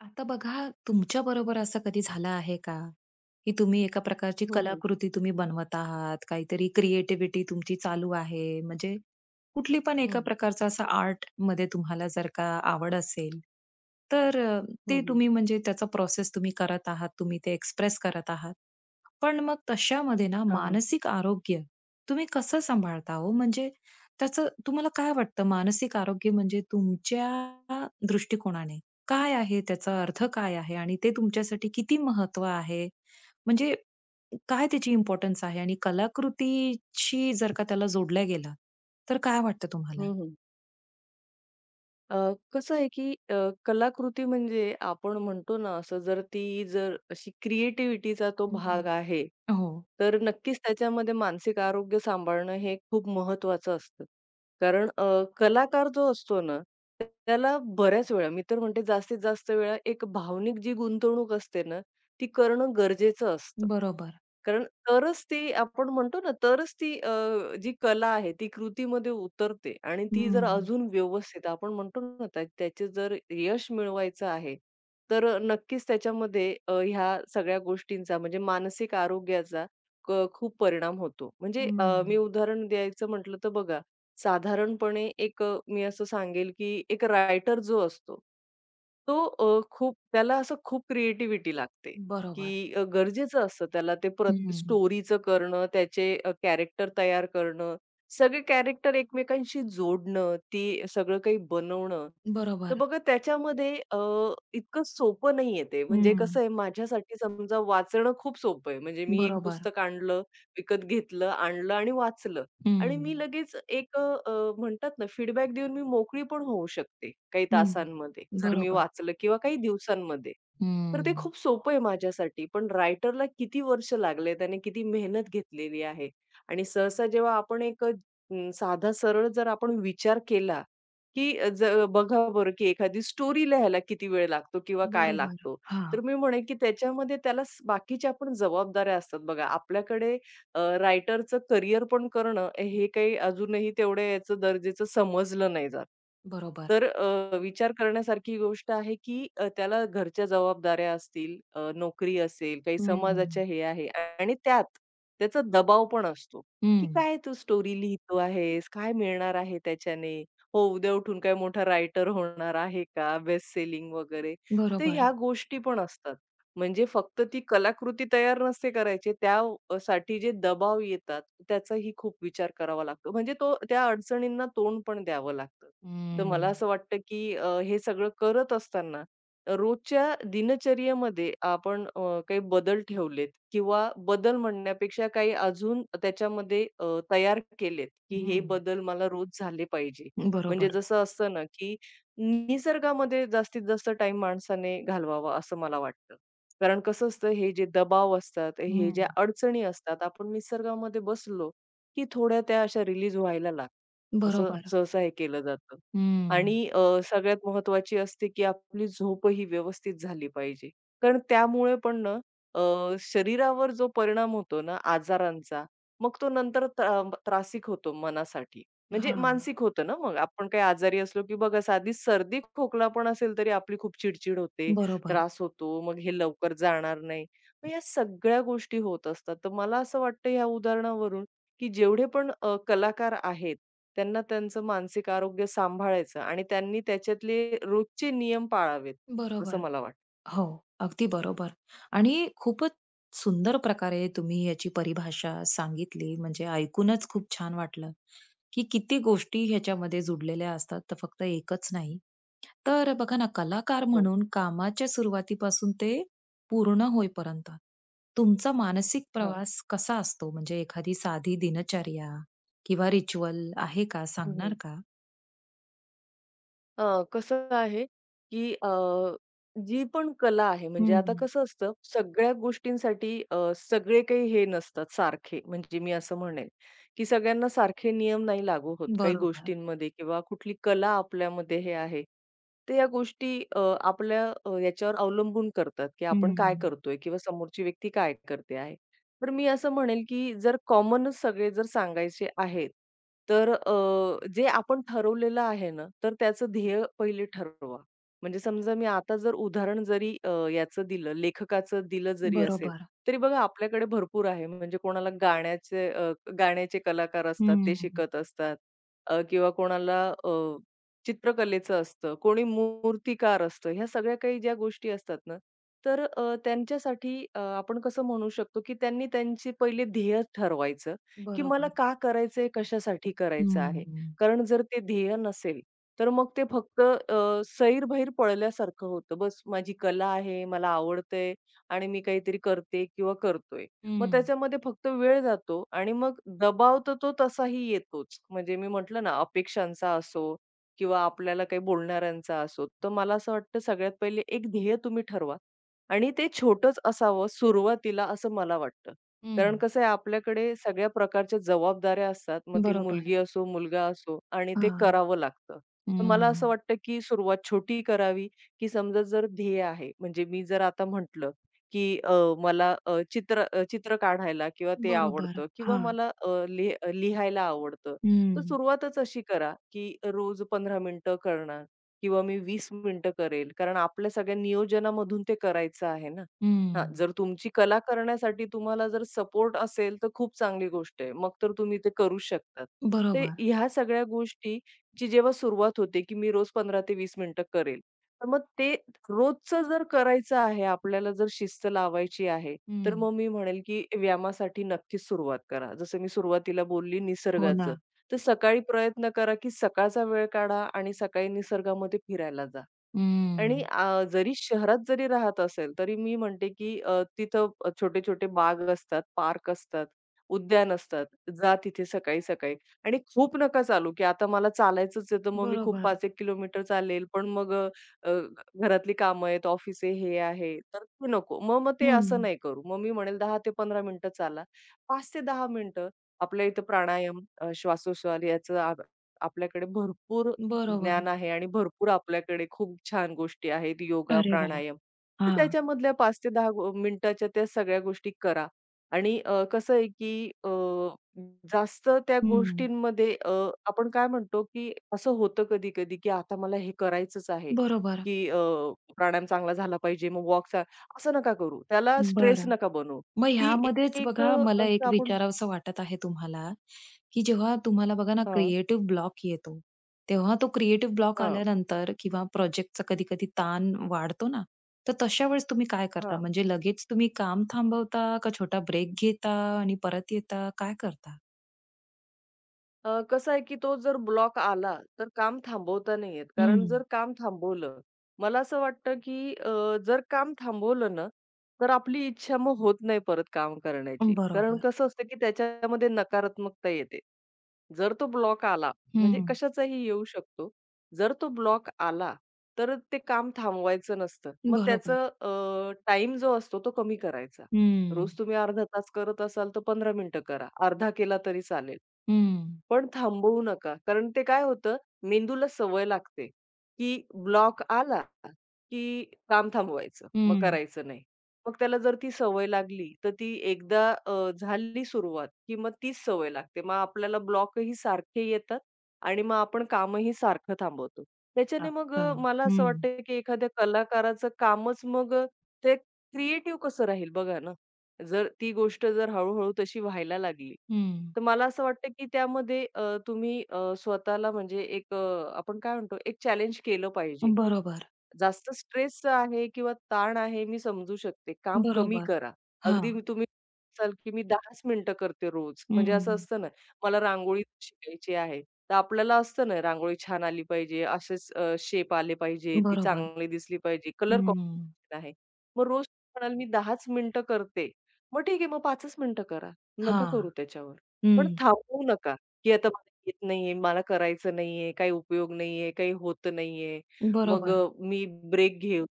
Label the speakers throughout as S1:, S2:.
S1: आता बघा, तुमच्याबरोबर असं कधी झालं आहे का, की तुम्ही एका प्रकारची
S2: हं, हं.
S1: कलाकृती तुम्ही बनवत आहात, काहीतरी क्रिएटिव्हिटी तुमची चालू आहे, म्हणजे कुठली पण
S2: हं,
S1: एका
S2: हं.
S1: प्रकारचा असा आर्टमध्ये तुम्हाला जर का आवड असेल, तर
S2: हं,
S1: ते
S2: हं.
S1: तुम्ही म्हणजे त्याचा प्रोसेस तुम्ही करत आहात, तुम्ही ते एक्सप्रेस करत आहात. पण मग तशामध्ये ना
S2: हां,
S1: मानसिक आरोग्य तुम्ही कसं सांभाळता हो? म्हणजे त्याचं तुम्हाला काय वाटतं मानसिक आरोग्य म्हणजे तुमच्या दृष्टिकोनाने? काय आहे? त्याचा अर्थ काय आहे? आणि ते तुमच्यासाठी किती महत्त्व आहे? म्हणजे काय त्याची इम्पोर्टन्स आहे? आणि कलाकृतीशी जर का त्याला जोडल्या गेलं, तर काय वाटतं तुम्हाला?
S2: अ, कसं आहे की कलाकृती म्हणजे आपण म्हणतो ना, असं जर ती जर अशी क्रिएटिव्हिटीचा तो
S1: हं.
S2: भाग आहे,
S1: हो,
S2: तर नक्कीच त्याच्यामध्ये मानसिक आरोग्य सांभाळणं हे खूप महत्त्वाचं असतं. कारण कलाकार जो असतो ना, त्याला बऱ्याच वेळा मी तर म्हणते जास्तीत जास्त वेळा एक भावनिक जी गुंतवणूक असते ना, ती करणं गरजेचं असतं.
S1: बरोबर.
S2: तरच ती आपण म्हणतो ना, तरच ती जी कला आहे ती कृतीमध्ये उतरते आणि ती जर
S1: हं,
S2: अजून व्यवस्थित आपण म्हणतो ना, त्या त्याचे जर यश मिळवायचं आहे, तर नक्कीच त्याच्यामध्ये ह्या सगळ्या गोष्टींचा म्हणजे मानसिक आरोग्याचा खूप परिणाम होतो. म्हणजे
S1: हं.
S2: मी उदाहरण द्यायचं म्हटलं तर बघा, साधारणपणे एक मी असं सांगेल, की एक रायटर जो असतो, तो खूप त्याला असं खूप क्रिएटिव्हिटी लागते.
S1: बरोबर.
S2: की गरजेचं असतं त्याला ते प्र
S1: हं.
S2: स्टोरीचं करणं, त्याचे कॅरेक्टर तयार करणं, सगळे कॅरेक्टर एकमेकांशी जोडणं, ते सगळं काही बनवणं. तर
S1: बरोबर.
S2: बघा त्याच्यामध्ये इतकं सोपं नाहीये ते. म्हणजे कसं
S1: हं.
S2: आहे माझ्यासाठी समजा वाचणं खूप सोपं आहे. म्हणजे मी एक
S1: बरोबर.
S2: पुस्तक आणलं, विकत घेतलं, आणलं आणि वाचलं
S1: हं.
S2: आणि मी लगेच एक अ, अ, म्हणतात ना फीडबॅक देऊन मी मोकळी पण होऊ शकते काही
S1: हं.
S2: तासांमध्ये, जर मी
S1: बरोबर.
S2: वाचलं किंवा काही दिवसांमध्ये. तर ते
S1: हं.
S2: खूप सोपं आहे माझ्यासाठी. पण रायटरला किती वर्ष लागले, आणि किती मेहनत घेतलेली आहे. आणि सहसा जेव्हा आपण एक साधा सरळ जर आपण विचार केला, की अ, ज बघा बरं, की एखादी स्टोरी लिहायला किती वेळ लागतो किंवा काय
S1: बरोबर.
S2: लागतो.
S1: हां,
S2: तर मी म्हणेन, की त्याच्यामध्ये त्याला बाकीच्या पण जबाबदाऱ्या असतात बघा. आपल्याकडे रायटरचं करियर पण करणं हे काही अजूनही तेवढे याचं दर्जेचं समजलं नाही जात.
S1: बरोबर.
S2: तर विचार करण्यासारखी गोष्ट आहे, की त्याला घरच्या जबाबदाऱ्या असतील, नोकरी असेल, काही समाजाच्या
S1: हं.
S2: हे आहे आणि त्यात त्याचा दबाव पण असतो, की
S1: हं.
S2: काय तू स्टोरी लिहितो आहेस? काय मिळणार आहे त्याच्याने? हो, उद्या उठून काय मोठा रायटर होणार आहे का? बेस्ट सेलिंग वगैरे. तर
S1: बरोबर.
S2: ह्या गोष्टी पण असतात. म्हणजे फक्त ती कलाकृती तयार नसते करायची, त्या साठी जे दबाव येतात, त्याचाही खूप विचार करावा लागतो. म्हणजे तो त्या अडचणींना तोंड पण द्यावं लागतं. तर
S1: हं.
S2: मला असं वाटतं, की हे सगळं करत असताना रोजच्या दिनचर्येमध्ये आपण काही बदल ठेवलेत किंवा बदल म्हणण्यापेक्षा काही अजून त्याच्यामध्ये तयार केलेत, की हे
S1: हं.
S2: बदल मला रोज झाले पाहिजे. म्हणजे
S1: बरोबर.
S2: जसं असतं ना, की निसर्गामध्ये जास्तीत जास्त टाईम माणसाने घालवावा असं मला वाटतं. कारण कसं असतं हे जे दबाव असतात, हे ज्या
S1: हं.
S2: अडचणी असतात, आपण निसर्गामध्ये बसलो, की थोड्या त्या अशा रिलीज व्हायला लागतात. असं
S1: बरोबर.
S2: सहसा हे केलं जातं. आणि
S1: हं.
S2: सगळ्यात महत्त्वाची असते, की आपली झोप ही व्यवस्थित झाली पाहिजे. कारण त्यामुळे पण ना शरीरावर जो परिणाम होतो ना आजारांचा, मग तो नंतर त्रासिक होतो मनासाठी. म्हणजे
S1: हां.
S2: मानसिक होतं ना मग. आपण काही आजारी असलो, की बघा साधी सर्दी खोकला पण असेल, तरी आपली खूप चिड होते.
S1: बरोबर,
S2: त्रास होतो, मग हे लवकर जाणार नाही. मग या सगळ्या गोष्टी होत असतात. तर मला असं वाटतं ह्या उदाहरणावरून, की जेवढे पण कलाकार आहेत, त्यांना त्यांचं मानसिक आरोग्य सांभाळायचं आणि त्यांनी त्याच्यातले रोजचे नियम पाळावेत, असं
S1: बरोबर.
S2: मला वाटतं.
S1: हो, अगदी बरोबर. आणि खूपच सुंदर प्रकारे तुम्ही याची परिभाषा सांगितली. म्हणजे ऐकूनच खूप छान वाटलं, की किती गोष्टी ह्याच्यामध्ये जुडलेल्या असतात, तर फक्त एकच नाही. तर बघा ना, कलाकार
S2: हो.
S1: म्हणून कामाच्या सुरुवातीपासून ते पूर्ण होईपर्यंत तुमचा मानसिक
S2: हां.
S1: प्रवास कसा असतो? म्हणजे एखादी साधी दिनचर्या किंवा रिच्युअल आहे का? सांगणार का?
S2: कसं आहे, की जी पण कला आहे म्हणजे आता
S1: हं.
S2: कसं असतं सगळ्या गोष्टींसाठी सगळे काही हे नसतात सारखे. म्हणजे मी असं म्हणेल, की सगळ्यांना सारखे नियम नाही लागू होत काही
S1: बरोबर.
S2: गोष्टींमध्ये किंवा कुठली कला आपल्यामध्ये हे आहे. तर या गोष्टी आपल्या याच्यावर अवलंबून करतात, की आपण काय
S1: हं.
S2: करतोय किंवा समोरची व्यक्ती काय करते आहे. तर मी असं म्हणेल, की जर कॉमनच सगळे जर सांगायचे आहेत, तर जे आपण ठरवलेलं आहे ना, तर त्याचं ध्येय पहिले ठरवा. म्हणजे समजा मी आता जर उदाहरण जरी याचं दिलं, लेखकाचं दिलं जरी असेल,
S1: बरोबर.
S2: तरी बघा आपल्याकडे भरपूर आहे. म्हणजे कोणाला गाण्याचे कलाकार असतात, ते
S1: हं.
S2: शिकत असतात किंवा कोणाला चित्रकलेचं असतं, कोणी मूर्तिकार असतं. ह्या सगळ्या काही ज्या गोष्टी असतात ना, तर त्यांच्यासाठी आपण कसं म्हणू शकतो, की त्यांनी त्यांचे पहिले ध्येय ठरवायचं. की मला
S1: बरोबर.
S2: का करायचंय, कशासाठी करायचं आहे?
S1: हं.
S2: कारण जर ते ध्येय नसेल, तर मग ते फक्त सैरभैर पळल्यासारखं होतं. बस माझी कला आहे, मला आवडतंय आणि मी काहीतरी करते किंवा करतोय. मग
S1: हं.
S2: त्याच्यामध्ये फक्त वेळ जातो आणि मग दबाव तर तो तसाही येतोच. म्हणजे मी म्हटलं ना, अपेक्षांचा असो किंवा आपल्याला काही बोलणाऱ्यांचा असो. तर मला असं वाटतं सगळ्यात पहिले एक ध्येय तुम्ही ठरवा आणि ते छोटंच असावं सुरुवातीला असं मला वाटतं.
S1: हं.
S2: कारण कसं आहे आपल्याकडे सगळ्या प्रकारच्या जबाबदाऱ्या असतात. मग ती
S1: बरोबर.
S2: मुलगी असो, मुलगा असो आणि ते
S1: हां.
S2: करावं लागतं. तर मला
S1: हं.
S2: असं वाटतं की सुरुवात छोटी करावी, की समजा जर ध्येय आहे म्हणजे मी जर आता म्हटलं, की मला चित्र काढायला किंवा ते
S1: बरोबर.
S2: आवडतं किंवा
S1: हां.
S2: मला लिहायला आवडतं. तर
S1: हं.
S2: सुरुवातच अशी करा, की रोज 15 मिनिटं करणार किंवा मी 20 मिनिटं करेल. कारण आपल्या सगळ्या नियोजनामधून ते करायचं आहे ना. हां,
S1: हं.
S2: जर तुमची कला करण्यासाठी तुम्हाला जर सपोर्ट असेल, तर खूप चांगली गोष्ट आहे. मग तर तुम्ही ते करू शकतात. ते
S1: बरोबर.
S2: ह्या सगळ्या गोष्टीची जेव्हा सुरुवात होते, की मी रोज 15 ते 20 मिनिटं करेल. तर मग ते रोजचं जर करायचं आहे, आपल्याला जर शिस्त लावायची आहे, तर
S1: हं.
S2: मग मी म्हणेल, की व्यायामासाठी नक्कीच सुरुवात करा. जसं मी सुरुवातीला बोलली
S1: हो
S2: निसर्गाचं,
S1: ना.
S2: तर सकाळी प्रयत्न करा, की सकाळचा वेळ काढा आणि सकाळी निसर्गामध्ये फिरायला जा.
S1: हं.
S2: आणि जरी शहरात जरी राहत असेल, तरी मी म्हणते, की तिथं छोटे-छोटे बाग असतात, पार्क असतात, उद्यान असतात. जा तिथे सकाळी-सकाळी आणि खूप नका चालू, की आता मला चालायचंच आहे, तर मग मी खूप
S1: बरोबर.
S2: 5-1 किलोमीटर चालेल, पण मग अ, अ, घरातली कामं आहेत, ऑफिस आहे, हे आहे, तर ते नको. मग मग ते असं
S1: हं.
S2: नाही करू. मग मी म्हणेल 10 ते 15 मिनिटं चाला. 5 ते 10 मिनिटं आपल्या इथं प्राणायाम, श्वासोश्वास याचं आप आपल्याकडे भरपूर
S1: बरोबर.
S2: ज्ञान आहे आणि भरपूर आपल्याकडे खूप छान गोष्टी आहेत, योगा,
S1: अरे वाह!
S2: प्राणायाम. तर
S1: हां.
S2: त्याच्यामधल्या 5 ते 10 मिनिटाच्या त्या सगळ्या गोष्टी करा आणि कसं आहे की जास्त त्या
S1: हं.
S2: गोष्टींमध्ये आपण काय म्हणतो की असं होतं कधी-कधी की आता मला हे करायचंच आहे,
S1: बरोबर.
S2: की प्राणायाम चांगला झाला पाहिजे, मग वॉक असं नका करू. त्याला स्ट्रेस
S1: बरं.
S2: नका बनवू.
S1: मग
S2: ती
S1: ह्यामध्येच
S2: एक अ,
S1: बघा मला
S2: असं
S1: एक
S2: आपण
S1: विचारावसं वाटत आहे तुम्हाला, की जेव्हा तुम्हाला बघा ना
S2: हां,
S1: क्रिएटिव्ह ब्लॉक येतो, तेव्हा तो क्रिएटिव्ह ब्लॉक
S2: हां,
S1: आल्यानंतर किंवा प्रोजेक्टचा कधी-कधी ताण वाढतो ना, तर तशा वेळेस तुम्ही काय करता?
S2: हां.
S1: म्हणजे लगेच तुम्ही काम थांबवता का छोटा ब्रेक घेता आणि परत येता? काय करता?
S2: अ, कसं आहे, की तो जर ब्लॉक आला, तर काम थांबवता नाही येत. कारण
S1: हं.
S2: जर काम थांबवलं, मला असं वाटतं, की जर काम थांबवलं ना, तर आपली इच्छा मग होत नाही परत काम करण्याची. कारण
S1: बरोबर.
S2: कसं असतं, की त्याच्यामध्ये नकारात्मकता येते. जर तो ब्लॉक आला, म्हणजे
S1: हं.
S2: कशाचाही येऊ शकतो. जर तो ब्लॉक आला, तर ते काम थांबवायचं नसतं. मग
S1: बरोबर.
S2: त्याचं अ, जो असतो तो कमी करायचा.
S1: हं.
S2: रोज तुम्ही अर्धा तास करत असाल, तर 15 मिनिटं करा. अर्धा केला तरी चालेल.
S1: हं.
S2: पण थांबवू नका. कारण ते काय होतं, मेंदूला सवय लागते, की ब्लॉक आला, की काम थांबवायचं, मग
S1: हं.
S2: करायचं नाही. मग त्याला जर ती सवय लागली, तर ती एकदा झाली सुरुवात, की मग तीच सवय लागते. मग आपल्याला ब्लॉकही सारखे येतात आणि मग आपण कामही सारखं थांबवतो. त्याच्याने मग
S1: असं.
S2: अ, मला असं
S1: हं.
S2: वाटतं, की एखाद्या कलाकाराचं कामच मग ते क्रिएटिव्ह कसं राहील बघा ना. जर ती गोष्ट जर हळू तशी व्हायला लागली,
S1: हं.
S2: तर मला असं वाटतं, की त्यामध्ये तुम्ही स्वतःला म्हणजे एक आपण काय म्हणतो, एक चॅलेंज केलं पाहिजे.
S1: बरोबर.
S2: जास्त स्ट्रेस आहे किंवा ताण आहे मी समजू शकते. काम कमी
S1: बरोबर.
S2: करा. अगदी
S1: हां.
S2: मी तुम्ही असाल की मी 10च मिनिटं करते रोज. म्हणजे असं
S1: हं.
S2: असतं ना, मला रांगोळी शिकायची आहे. तर आपल्याला असतं ना रांगोळी छान आली पाहिजे, असेच शेप आले पाहिजे, ती
S1: बरोबर.
S2: चांगली दिसली पाहिजे, कलर
S1: हं.
S2: कॉम्बिनेशन आहे. मग रोज म्हणाल मी 10च मिनिटं करते. मग ठीक आहे मग 5च मिनिटं करा. नका
S1: हां.
S2: करू त्याच्यावर. पण
S1: हं.
S2: थांबवू नका, की आता मला येत नाहीये, मला करायचं नाहीये, काही उपयोग नाहीये, काही होत नाहीये. मग
S1: बरोबर.
S2: अ, मी ब्रेक घेऊ.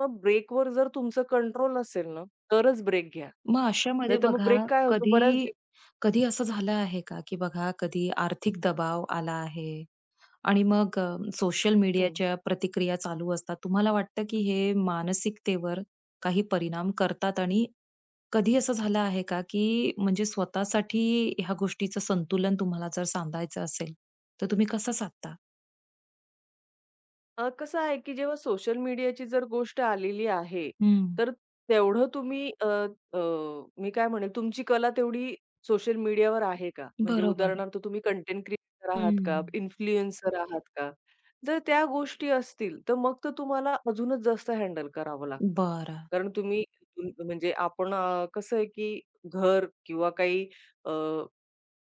S2: मग ब्रेकवर जर तुमचं कंट्रोल असेल ना, तरच ब्रेक घ्या.
S1: मग अशामध्ये
S2: नाहीतर मग
S1: बघा
S2: ब्रेक काय होतो
S1: कधी
S2: बऱ्याच दिव
S1: कधी असं झालं आहे का, की बघा कधी आर्थिक दबाव आला आहे आणि मग सोशल
S2: हं.
S1: मीडियाच्या प्रतिक्रिया चालू असतात. तुम्हाला वाटतं की हे मानसिकतेवर काही परिणाम करतात आणि कधी असं झालं आहे का, की म्हणजे स्वतःसाठी ह्या गोष्टीचं संतुलन तुम्हाला जर सांधायचं असेल, तर तुम्ही कसं साधता?
S2: कसं आहे, की जेव्हा सोशल मीडियाची जर गोष्ट आलेली आहे,
S1: हं.
S2: तर तेवढं तुम्ही अ, अ, मी काय म्हणेल, तुमची कला तेवढी सोशल मीडियावर आहे का? म्हणजे
S1: बरोबर.
S2: उदाहरणार्थ तुम्ही कंटेंट क्रिएटर आहात का?
S1: हं.
S2: इन्फ्लुएन्सर आहात का? जर त्या गोष्टी असतील, तर मग तर तुम्हाला अजूनच जास्त हँडल करावं लागतं.
S1: बरं.
S2: कारण तुम्ही म्हणजे आपण कसं आहे, की घर किंवा काही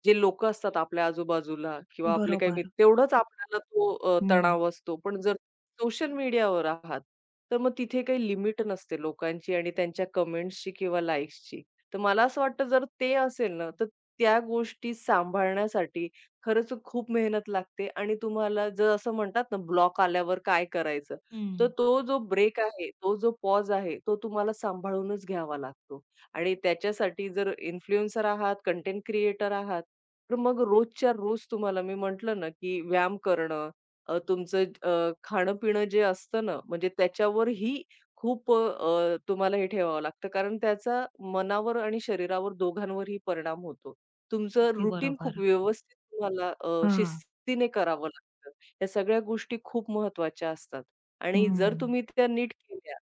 S2: जे लोकं असतात आपल्या आजूबाजूला किंवा आपले काही
S1: बरोबर.
S2: मित्र तेवढाच आपल्याला तो
S1: हं.
S2: तणाव असतो. पण जर सोशल मीडियावर आहात, तर मग तिथे काही लिमिट नसते लोकांची आणि त्यांच्या कमेंट्सची किंवा लाइक्सची. तर मला असं वाटतं जर ते असेल ना, तर त्या गोष्टी सांभाळण्यासाठी खरंच खूप मेहनत लागते आणि तुम्हाला जर असं म्हणतात ना, ब्लॉक आल्यावर काय करायचं? तर
S1: हं.
S2: तो जो ब्रेक आहे, तो जो पॉज आहे, तो तुम्हाला सांभाळूनच घ्यावा लागतो आणि त्याच्यासाठी जर इन्फ्लुएन्सर आहात, कंटेंट क्रिएटर आहात, तर मग रोजच्या रोज तुम्हाला मी म्हटलं ना, की व्यायाम करणं, तुमचं खाणं-पिणं जे असतं ना, म्हणजे त्याच्यावरही खूप तुम्हाला हे ठेवावं लागतं. कारण त्याचा मनावर आणि शरीरावर दोघांवरही परिणाम होतो. तुमचं
S1: अगदी
S2: रुटीन खूप
S1: बरोबर.
S2: व्यवस्थित तुम्हाला
S1: हां.
S2: शिस्तीने करावं लागतं. या सगळ्या गोष्टी खूप महत्त्वाच्या असतात आणि
S1: हं.
S2: जर तुम्ही त्या नीट केल्या,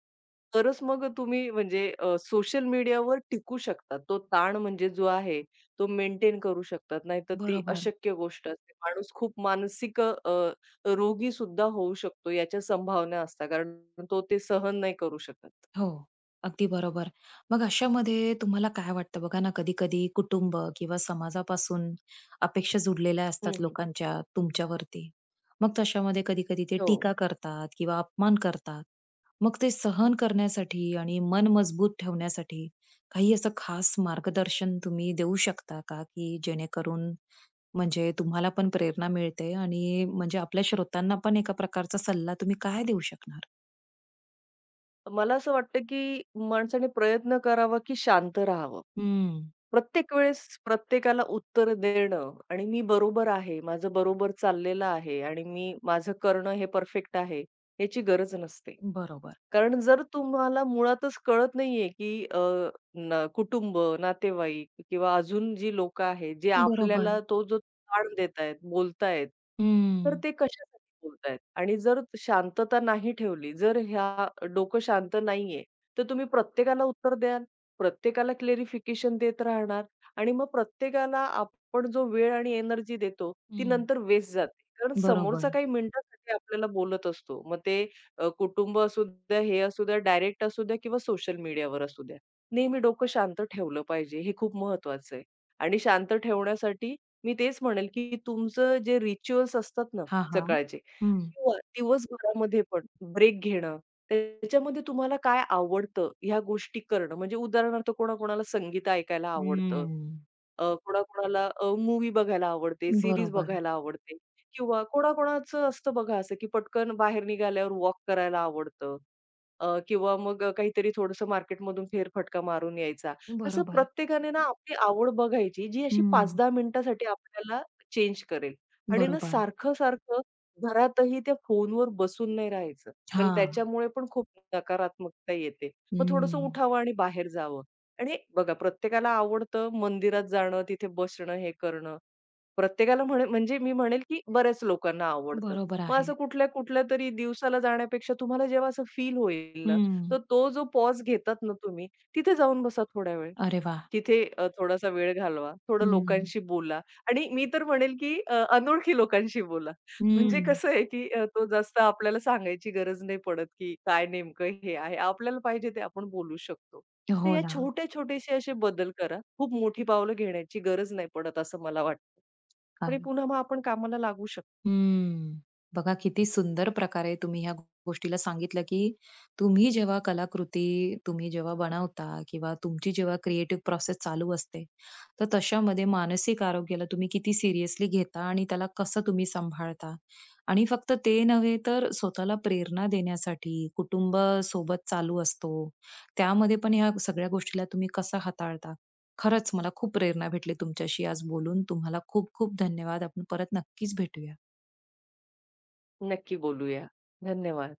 S2: तरच मग तुम्ही म्हणजे सोशल मीडियावर टिकू शकता. तो ताण म्हणजे जो आहे, तो मेंटेन करू शकतात. नाहीतर ती
S1: बरोबर.
S2: अशक्य गोष्ट असते. माणूस खूप मानसिक रोगी सुद्धा होऊ शकतो याच्या संभावना असतात. कारण तो ते सहन नाही करू शकत.
S1: हो, अगदी बरोबर. मग अशामध्ये तुम्हाला काय वाटतं बघा ना, कधी-कधी कुटुंब किंवा समाजापासून अपेक्षा जुडलेल्या
S2: हं,
S1: असतात
S2: हं.
S1: लोकांच्या तुमच्यावरती. मग तशामध्ये कधी-कधी ते
S2: हो.
S1: टीका करतात किंवा अपमान करतात. मग ते सहन करण्यासाठी आणि मन मजबूत ठेवण्यासाठी काही असं खास मार्गदर्शन तुम्ही देऊ शकता का? की जेणेकरून म्हणजे तुम्हाला पण प्रेरणा मिळते आणि म्हणजे आपल्या श्रोत्यांना पण एका प्रकारचा सल्ला तुम्ही काय देऊ शकणार?
S2: मला असं वाटतं, की माणसाने प्रयत्न करावा, की शांत राहावं.
S1: हं,
S2: प्रत्येक वेळेस प्रत्येकाला उत्तर देणं आणि मी बरोबर आहे, माझं बरोबर चाललेलं आहे आणि मी माझं करणं हे परफेक्ट आहे, याची गरज नसते.
S1: बरोबर.
S2: कारण जर तुम्हाला मुळातच कळत नाहीये, की अ, न कुटुंब, नातेवाईक किंवा अजून जी लोकं आहेत, जे
S1: बरोबर.
S2: आपल्याला तो जो ताण देत आहेत, बोलतायत, तर
S1: हं,
S2: ते कशासाठी बोलतायत? आणि जर शांतता नाही ठेवली, जर ह्या डोकं शांत नाहीये, तर तुम्ही प्रत्येकाला उत्तर द्याल, प्रत्येकाला क्लेरिफिकेशन देत राहणार आणि मग प्रत्येकाला आपण जो वेळ आणि एनर्जी देतो, ती
S1: हं.
S2: नंतर वेस्ट जाते. कारण समोरचा
S1: बरोबर.
S2: काही मिनिटासाठी आपल्याला बोलत असतो. मग ते कुटुंब असू द्या, हे असू द्या, डायरेक्ट असू द्या किंवा सोशल मीडियावर असू द्या. नेहमी डोकं शांत ठेवलं पाहिजे. हे खूप महत्वाचं आहे. आणि शांत ठेवण्यासाठी मी तेच म्हणेल, की तुमचं जे रिच्युअल्स असतात ना
S1: हां, हां.
S2: सकाळचे
S1: हं,
S2: किंवा दिवसभरामध्ये पण ब्रेक घेणं, त्याच्यामध्ये तुम्हाला काय आवडतं ह्या गोष्टी करणं. म्हणजे उदाहरणार्थ कोणाकोणाला संगीत ऐकायला आवडतं,
S1: हं.
S2: कोणाकोणाला मूव्ही बघायला आवडते, सीरीज
S1: बरोबर,
S2: बघायला आवडते किंवा कोणाकोणाचं असतं बघा असं, की पटकन बाहेर निघाल्यावर वॉक करायला आवडतं किंवा मग काहीतरी थोडंसं मार्केटमधून फेरफटका मारून यायचा. असं
S1: बरोबर.
S2: प्रत्येकाने ना आपली आवड बघायची, जी अशी
S1: हं.
S2: 5-10 मिनिटासाठी आपल्याला चेंज करेल आणि ना
S1: बरोबर.
S2: सारखं-सारखं घरातही त्या फोनवर बसून नाही राहायचं. कारण
S1: हां.
S2: त्याच्यामुळे पण खूप नकारात्मकता येते. मग थोडंसं
S1: हं.
S2: उठावं आणि बाहेर जावं. आणि बघा प्रत्येकाला आवडतं मंदिरात जाणं, तिथे बसणं, हे करणं. प्रत्येकाला म्हणे म्हणजे मी म्हणेल, की बऱ्याच लोकांना आवडतं.
S1: बरोबर
S2: मग
S1: आहे.
S2: असं कुठल्या कुठल्या तरी दिवसाला जाण्यापेक्षा तुम्हाला जेव्हा असं फील होईल ना, तर
S1: हं.
S2: तो जो पॉज घेतात ना तुम्ही, तिथे जाऊन बसा थोड्या वेळ.
S1: अरे वा,
S2: तिथे थोडासा वेळ घालवा, थोडं
S1: हं.
S2: लोकांशी बोला आणि मी तर म्हणेल, की अनोळखी लोकांशी बोला. म्हणजे
S1: हं.
S2: कसं आहे, की तो जास्त आपल्याला सांगायची गरज नाही पडत, की काय नेमकं हे आहे. आपल्याला पाहिजे ते आपण बोलू शकतो. तर
S1: हो
S2: या
S1: ना.
S2: छोटे-छोटेसे असे बदल करा. खूप मोठी पावलं घेण्याची गरज नाही पडत असं मला वाटतं. आणि पुन्हा मग आपण कामाला लागू शकतो.
S1: हम्म. बघा किती सुंदर प्रकारे तुम्ही ह्या गोष्टीला सांगितलं, की तुम्ही जेव्हा कलाकृती तुम्ही जेव्हा बनवता किंवा तुमची जेव्हा क्रिएटिव्ह प्रोसेस चालू असते, तर तशामध्ये मानसिक आरोग्याला तुम्ही किती सिरियसली घेता आणि त्याला कसं तुम्ही सांभाळता. आणि फक्त ते नव्हे, तर स्वतःला प्रेरणा देण्यासाठी कुटुंब सोबत चालू असतो, त्यामध्ये पण ह्या सगळ्या गोष्टीला तुम्ही कसं हाताळता. खरंच मला खूप प्रेरणा भेटली तुमच्याशी आज बोलून. तुम्हाला खूप खूप धन्यवाद. आपण परत नक्कीच भेटूया.
S2: नक्की बोलूया. धन्यवाद.